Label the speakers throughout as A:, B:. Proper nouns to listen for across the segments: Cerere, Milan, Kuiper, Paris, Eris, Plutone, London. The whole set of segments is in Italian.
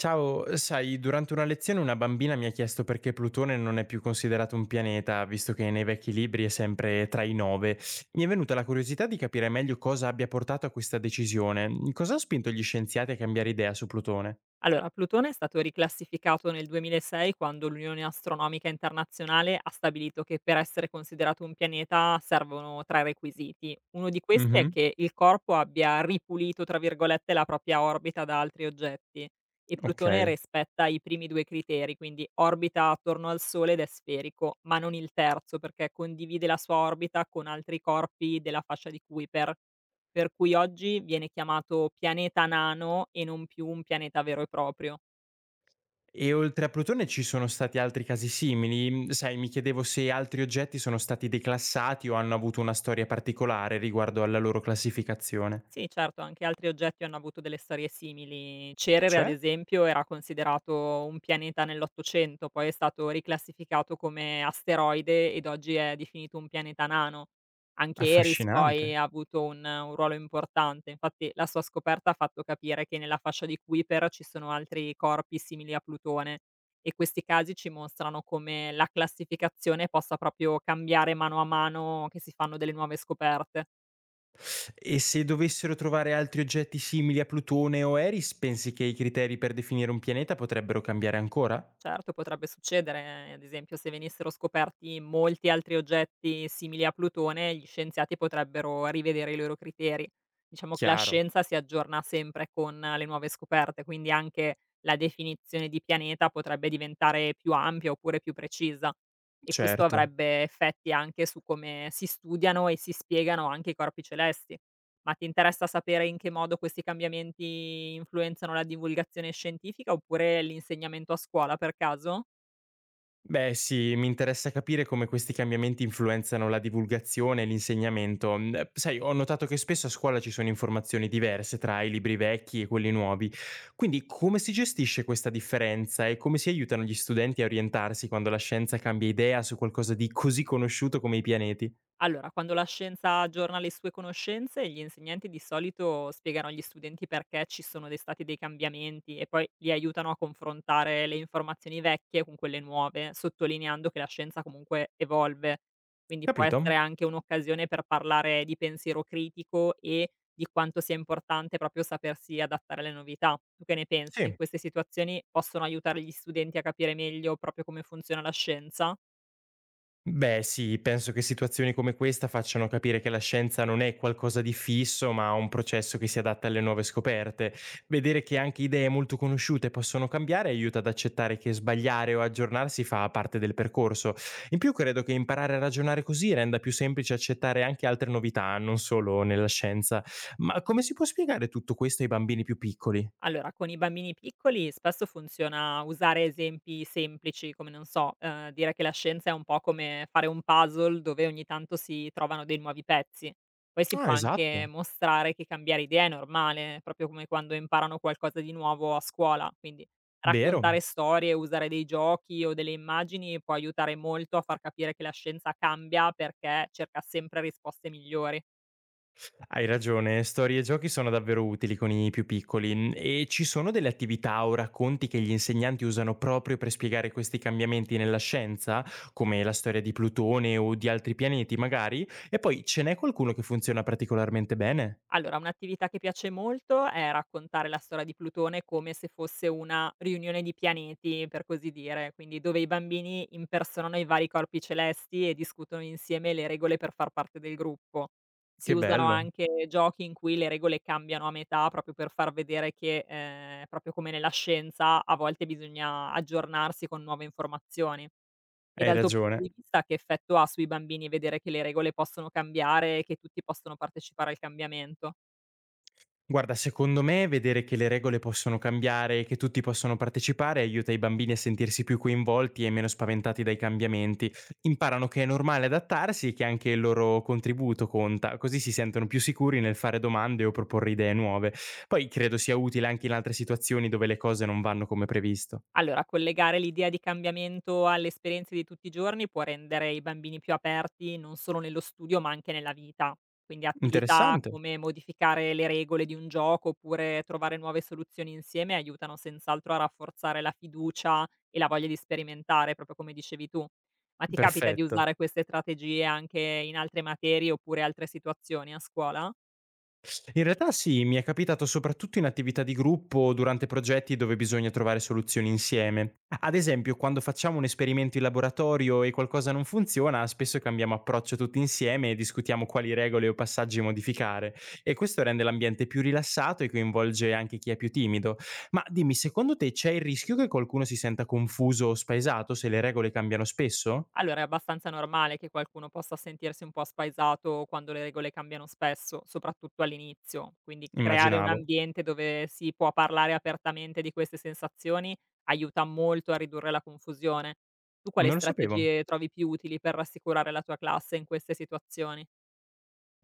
A: Ciao, sai, durante una lezione una bambina mi ha chiesto perché Plutone non è più considerato un pianeta, visto che nei vecchi libri è sempre tra i nove. Mi è venuta la curiosità di capire meglio cosa abbia portato a questa decisione. Cosa ha spinto gli scienziati a cambiare idea su Plutone?
B: Allora, Plutone è stato riclassificato nel 2006 quando l'Unione Astronomica Internazionale ha stabilito che per essere considerato un pianeta servono tre requisiti. Uno di questi è
A: Mhm,
B: che il corpo abbia ripulito, tra virgolette, la propria orbita da altri oggetti e Plutone
A: ok.
B: rispetta i primi due criteri, quindi orbita attorno al Sole ed è sferico, ma non il terzo perché condivide la sua orbita con altri corpi della fascia di Kuiper. Per cui oggi viene chiamato pianeta nano e non più un pianeta vero e proprio.
A: E oltre a Plutone ci sono stati altri casi simili? Sai, mi chiedevo se altri oggetti sono stati declassati o hanno avuto una storia particolare riguardo alla loro classificazione.
B: Sì, certo, anche altri oggetti hanno avuto delle storie simili. Cerere, ad
A: Cioè?
B: esempio, era considerato un pianeta nell'Ottocento, poi è stato riclassificato come asteroide ed oggi è definito un pianeta nano. Anche Eris poi
A: Affascinante.
B: ha avuto un ruolo importante, infatti la sua scoperta ha fatto capire che nella fascia di Kuiper ci sono altri corpi simili a Plutone, e questi casi ci mostrano come la classificazione possa proprio cambiare mano a mano che si fanno delle nuove scoperte.
A: E se dovessero trovare altri oggetti simili a Plutone o Eris, pensi che i criteri per definire un pianeta potrebbero cambiare ancora?
B: Certo, potrebbe succedere, ad esempio, se venissero scoperti molti altri oggetti simili a Plutone, gli scienziati potrebbero rivedere i loro criteri. Diciamo che la
A: Chiaro,
B: scienza si aggiorna sempre con le nuove scoperte, quindi anche la definizione di pianeta potrebbe diventare più ampia oppure più precisa, e questo
A: certo.
B: avrebbe effetti anche su come si studiano e si spiegano anche i corpi celesti. Ma ti interessa sapere in che modo questi cambiamenti influenzano la divulgazione scientifica oppure l'insegnamento a scuola, per caso?
A: Beh sì, mi interessa capire come questi cambiamenti influenzano la divulgazione e l'insegnamento. Sai, ho notato che spesso a scuola ci sono informazioni diverse tra i libri vecchi e quelli nuovi. Quindi come si gestisce questa differenza e come si aiutano gli studenti a orientarsi quando la scienza cambia idea su qualcosa di così conosciuto come i pianeti?
B: Allora, quando la scienza aggiorna le sue conoscenze, gli insegnanti di solito spiegano agli studenti perché ci sono dei stati dei cambiamenti e poi li aiutano a confrontare le informazioni vecchie con quelle nuove, sottolineando che la scienza comunque evolve. Quindi può essere
A: Capito?
B: anche un'occasione per parlare di pensiero critico e di quanto sia importante proprio sapersi adattare alle novità. Tu che ne pensi?
A: Sì.
B: Queste situazioni possono aiutare gli studenti a capire meglio proprio come funziona la scienza?
A: Beh sì, penso che situazioni come questa facciano capire che la scienza non è qualcosa di fisso, ma un processo che si adatta alle nuove scoperte. Vedere che anche idee molto conosciute possono cambiare aiuta ad accettare che sbagliare o aggiornarsi fa parte del percorso. In più credo che imparare a ragionare così renda più semplice accettare anche altre novità, non solo nella scienza. Ma come si può spiegare tutto questo ai bambini più piccoli?
B: Allora, con i bambini piccoli spesso funziona usare esempi semplici, come, non so, dire che la scienza è un po' come fare un puzzle dove ogni tanto si trovano dei nuovi pezzi. Poi si può
A: Ah,
B: anche
A: esatto.
B: mostrare che cambiare idea è normale, proprio come quando imparano qualcosa di nuovo a scuola. Quindi
A: Vero.
B: raccontare storie, usare dei giochi o delle immagini può aiutare molto a far capire che la scienza cambia perché cerca sempre risposte migliori.
A: Hai ragione, storie e giochi sono davvero utili con i più piccoli, e ci sono delle attività o racconti che gli insegnanti usano proprio per spiegare questi cambiamenti nella scienza, come la storia di Plutone o di altri pianeti magari, e poi ce n'è qualcuno che funziona particolarmente bene?
B: Allora, un'attività che piace molto è raccontare la storia di Plutone come se fosse una riunione di pianeti, per così dire, quindi dove i bambini impersonano i vari corpi celesti e discutono insieme le regole per far parte del gruppo. Si
A: Che
B: usano
A: bello,
B: anche giochi in cui le regole cambiano a metà, proprio per far vedere che, proprio come nella scienza, a volte bisogna aggiornarsi con nuove informazioni. E
A: hai
B: dal tuo punto
A: ragione.
B: di vista, che effetto ha sui bambini vedere che le regole possono cambiare e che tutti possono partecipare al cambiamento?
A: Guarda, secondo me vedere che le regole possono cambiare e che tutti possono partecipare aiuta i bambini a sentirsi più coinvolti e meno spaventati dai cambiamenti. Imparano che è normale adattarsi e che anche il loro contributo conta, così si sentono più sicuri nel fare domande o proporre idee nuove. Poi credo sia utile anche in altre situazioni dove le cose non vanno come previsto.
B: Allora, collegare l'idea di cambiamento alle esperienze di tutti i giorni può rendere i bambini più aperti, non solo nello studio ma anche nella vita. Quindi attività
A: Interessante.
B: come modificare le regole di un gioco oppure trovare nuove soluzioni insieme aiutano senz'altro a rafforzare la fiducia e la voglia di sperimentare, proprio come dicevi tu. Ma ti capita di
A: Perfetto.
B: usare queste strategie anche in altre materie oppure altre situazioni a scuola?
A: In realtà sì, mi è capitato soprattutto in attività di gruppo o durante progetti dove bisogna trovare soluzioni insieme. Ad esempio, quando facciamo un esperimento in laboratorio e qualcosa non funziona, spesso cambiamo approccio tutti insieme e discutiamo quali regole o passaggi modificare. E questo rende l'ambiente più rilassato e coinvolge anche chi è più timido. Ma dimmi, secondo te c'è il rischio che qualcuno si senta confuso o spaesato se le regole cambiano spesso?
B: Allora, è abbastanza normale che qualcuno possa sentirsi un po' spaesato quando le regole cambiano spesso, soprattutto all'inizio. Quindi creare un
A: Immaginavo.
B: ambiente dove si può parlare apertamente di queste sensazioni aiuta molto a ridurre la confusione. Tu quali
A: Non lo sapevo.
B: strategie trovi più utili per rassicurare la tua classe in queste situazioni?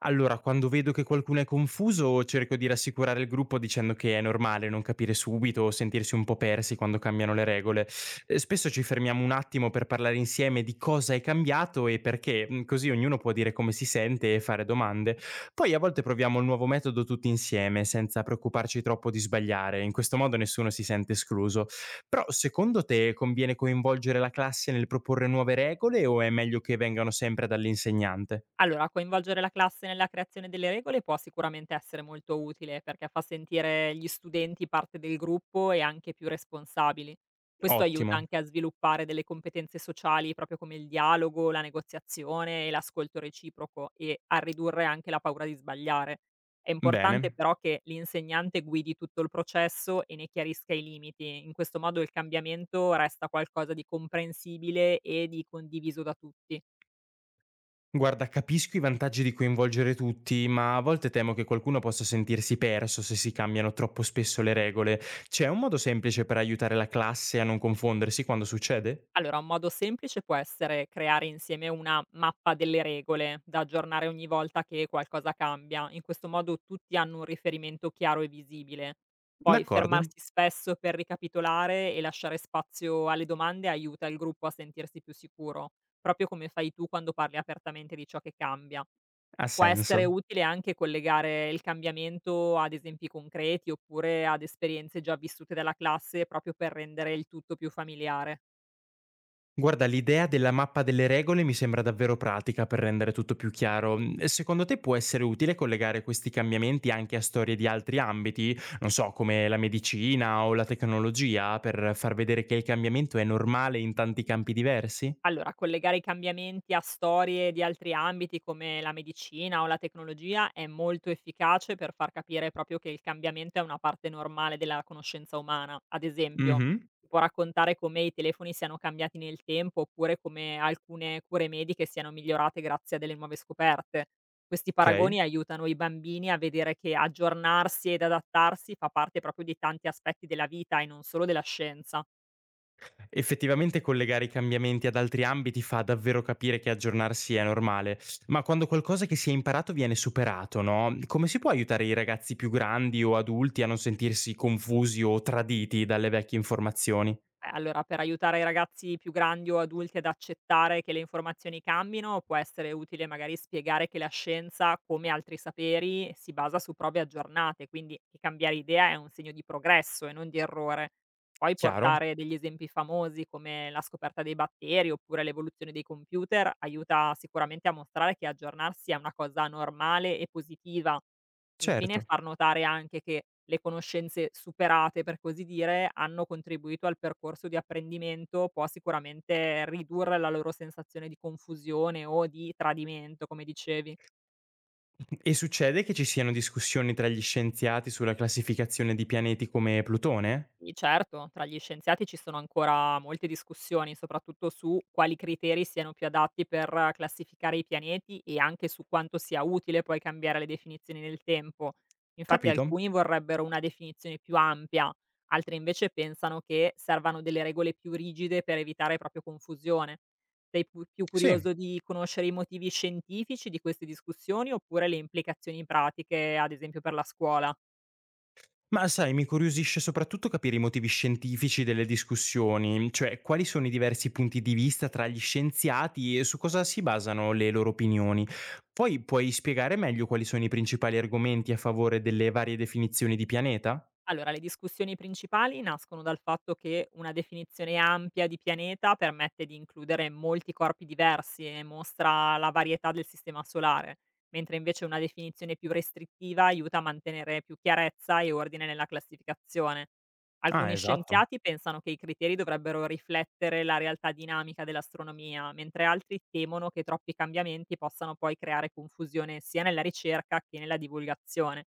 A: Allora, quando vedo che qualcuno è confuso, cerco di rassicurare il gruppo dicendo che è normale non capire subito o sentirsi un po' persi quando cambiano le regole. Spesso ci fermiamo un attimo per parlare insieme di cosa è cambiato e perché, così ognuno può dire come si sente e fare domande. Poi a volte proviamo il nuovo metodo tutti insieme, senza preoccuparci troppo di sbagliare, in questo modo nessuno si sente escluso. Però secondo te conviene coinvolgere la classe nel proporre nuove regole o è meglio che vengano sempre dall'insegnante?
B: Allora, coinvolgere la classe nella creazione delle regole può sicuramente essere molto utile, perché fa sentire gli studenti parte del gruppo e anche più responsabili. Questo aiuta
A: Ottimo.
B: anche a sviluppare delle competenze sociali, proprio come il dialogo, la negoziazione e l'ascolto reciproco, e a ridurre anche la paura di sbagliare. È importante
A: Bene.
B: però che l'insegnante guidi tutto il processo e ne chiarisca i limiti. In questo modo il cambiamento resta qualcosa di comprensibile e di condiviso da tutti.
A: Guarda, capisco i vantaggi di coinvolgere tutti, ma a volte temo che qualcuno possa sentirsi perso se si cambiano troppo spesso le regole. C'è un modo semplice per aiutare la classe a non confondersi quando succede?
B: Allora, un modo semplice può essere creare insieme una mappa delle regole da aggiornare ogni volta che qualcosa cambia. In questo modo tutti hanno un riferimento chiaro e visibile. Poi
A: D'accordo,
B: fermarsi spesso per ricapitolare e lasciare spazio alle domande aiuta il gruppo a sentirsi più sicuro, proprio come fai tu quando parli apertamente di ciò che cambia.
A: ha
B: Può essere
A: senso.
B: utile anche collegare il cambiamento ad esempi concreti oppure ad esperienze già vissute dalla classe, proprio per rendere il tutto più familiare.
A: Guarda, l'idea della mappa delle regole mi sembra davvero pratica per rendere tutto più chiaro. Secondo te può essere utile collegare questi cambiamenti anche a storie di altri ambiti, non so, come la medicina o la tecnologia, per far vedere che il cambiamento è normale in tanti campi diversi?
B: Allora, collegare i cambiamenti a storie di altri ambiti come la medicina o la tecnologia è molto efficace per far capire proprio che il cambiamento è una parte normale della conoscenza umana. Ad esempio,
A: Mh-mh,
B: si può raccontare come i telefoni siano cambiati nel tempo oppure come alcune cure mediche siano migliorate grazie a delle nuove scoperte. Questi
A: okay.
B: paragoni aiutano i bambini a vedere che aggiornarsi ed adattarsi fa parte proprio di tanti aspetti della vita e non solo della scienza.
A: Effettivamente collegare i cambiamenti ad altri ambiti fa davvero capire che aggiornarsi è normale, ma quando qualcosa che si è imparato viene superato, no, come si può aiutare i ragazzi più grandi o adulti a non sentirsi confusi o traditi dalle vecchie informazioni?
B: Allora, per aiutare i ragazzi più grandi o adulti ad accettare che le informazioni cambino, può essere utile magari spiegare che la scienza, come altri saperi, si basa su prove aggiornate, quindi che cambiare idea è un segno di progresso e non di errore. Poi
A: Chiaro?
B: portare degli esempi famosi come la scoperta dei batteri oppure l'evoluzione dei computer aiuta sicuramente a mostrare che aggiornarsi è una cosa normale e positiva. Infine,
A: Certo.
B: far notare anche che le conoscenze superate, per così dire, hanno contribuito al percorso di apprendimento, può sicuramente ridurre la loro sensazione di confusione o di tradimento, come dicevi.
A: E succede che ci siano discussioni tra gli scienziati sulla classificazione di pianeti come Plutone?
B: Sì, certo, tra gli scienziati ci sono ancora molte discussioni, soprattutto su quali criteri siano più adatti per classificare i pianeti e anche su quanto sia utile poi cambiare le definizioni nel tempo. Infatti
A: Capito?
B: alcuni vorrebbero una definizione più ampia, altri invece pensano che servano delle regole più rigide per evitare proprio confusione. Sei più curioso
A: Sì.
B: di conoscere i motivi scientifici di queste discussioni oppure le implicazioni pratiche, ad esempio per la scuola?
A: Ma sai, mi incuriosisce soprattutto capire i motivi scientifici delle discussioni, cioè quali sono i diversi punti di vista tra gli scienziati e su cosa si basano le loro opinioni. Poi puoi spiegare meglio quali sono i principali argomenti a favore delle varie definizioni di pianeta?
B: Allora, le discussioni principali nascono dal fatto che una definizione ampia di pianeta permette di includere molti corpi diversi e mostra la varietà del sistema solare, mentre invece una definizione più restrittiva aiuta a mantenere più chiarezza e ordine nella classificazione.
A: Ah,
B: Alcuni
A: esatto.
B: scienziati pensano che i criteri dovrebbero riflettere la realtà dinamica dell'astronomia, mentre altri temono che troppi cambiamenti possano poi creare confusione sia nella ricerca che nella divulgazione.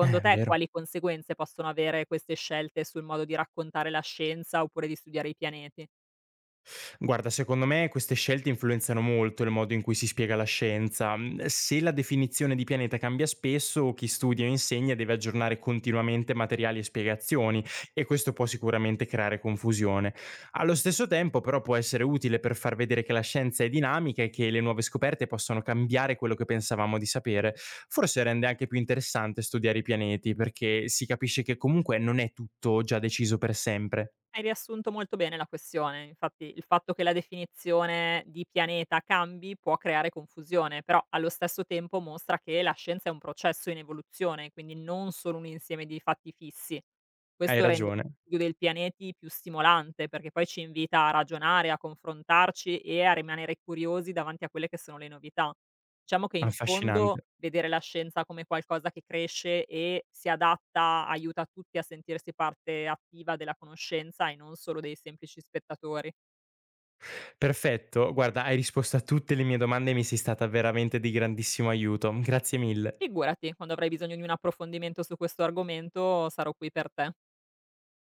A: È
B: te,
A: vero.
B: quali conseguenze possono avere queste scelte sul modo di raccontare la scienza oppure di studiare i pianeti?
A: Guarda, secondo me queste scelte influenzano molto il modo in cui si spiega la scienza. Se la definizione di pianeta cambia spesso, chi studia o insegna deve aggiornare continuamente materiali e spiegazioni e questo può sicuramente creare confusione. Allo stesso tempo, però, può essere utile per far vedere che la scienza è dinamica e che le nuove scoperte possono cambiare quello che pensavamo di sapere. Forse rende anche più interessante studiare i pianeti perché si capisce che comunque non è tutto già deciso per sempre.
B: Hai riassunto molto bene la questione, infatti il fatto che la definizione di pianeta cambi può creare confusione, però allo stesso tempo mostra che la scienza è un processo in evoluzione, quindi non solo un insieme di fatti fissi.
A: Hai
B: Questo rende
A: ragione,
B: lo studio dei pianeti più stimolante, perché poi ci invita a ragionare, a confrontarci e a rimanere curiosi davanti a quelle che sono le novità. Diciamo che in fondo
A: affascinante.
B: vedere la scienza come qualcosa che cresce e si adatta aiuta tutti a sentirsi parte attiva della conoscenza e non solo dei semplici spettatori.
A: Perfetto, guarda hai risposto a tutte le mie domande e mi sei stata veramente di grandissimo aiuto. Grazie mille.
B: Figurati, quando avrai bisogno di un approfondimento su questo argomento sarò qui per te.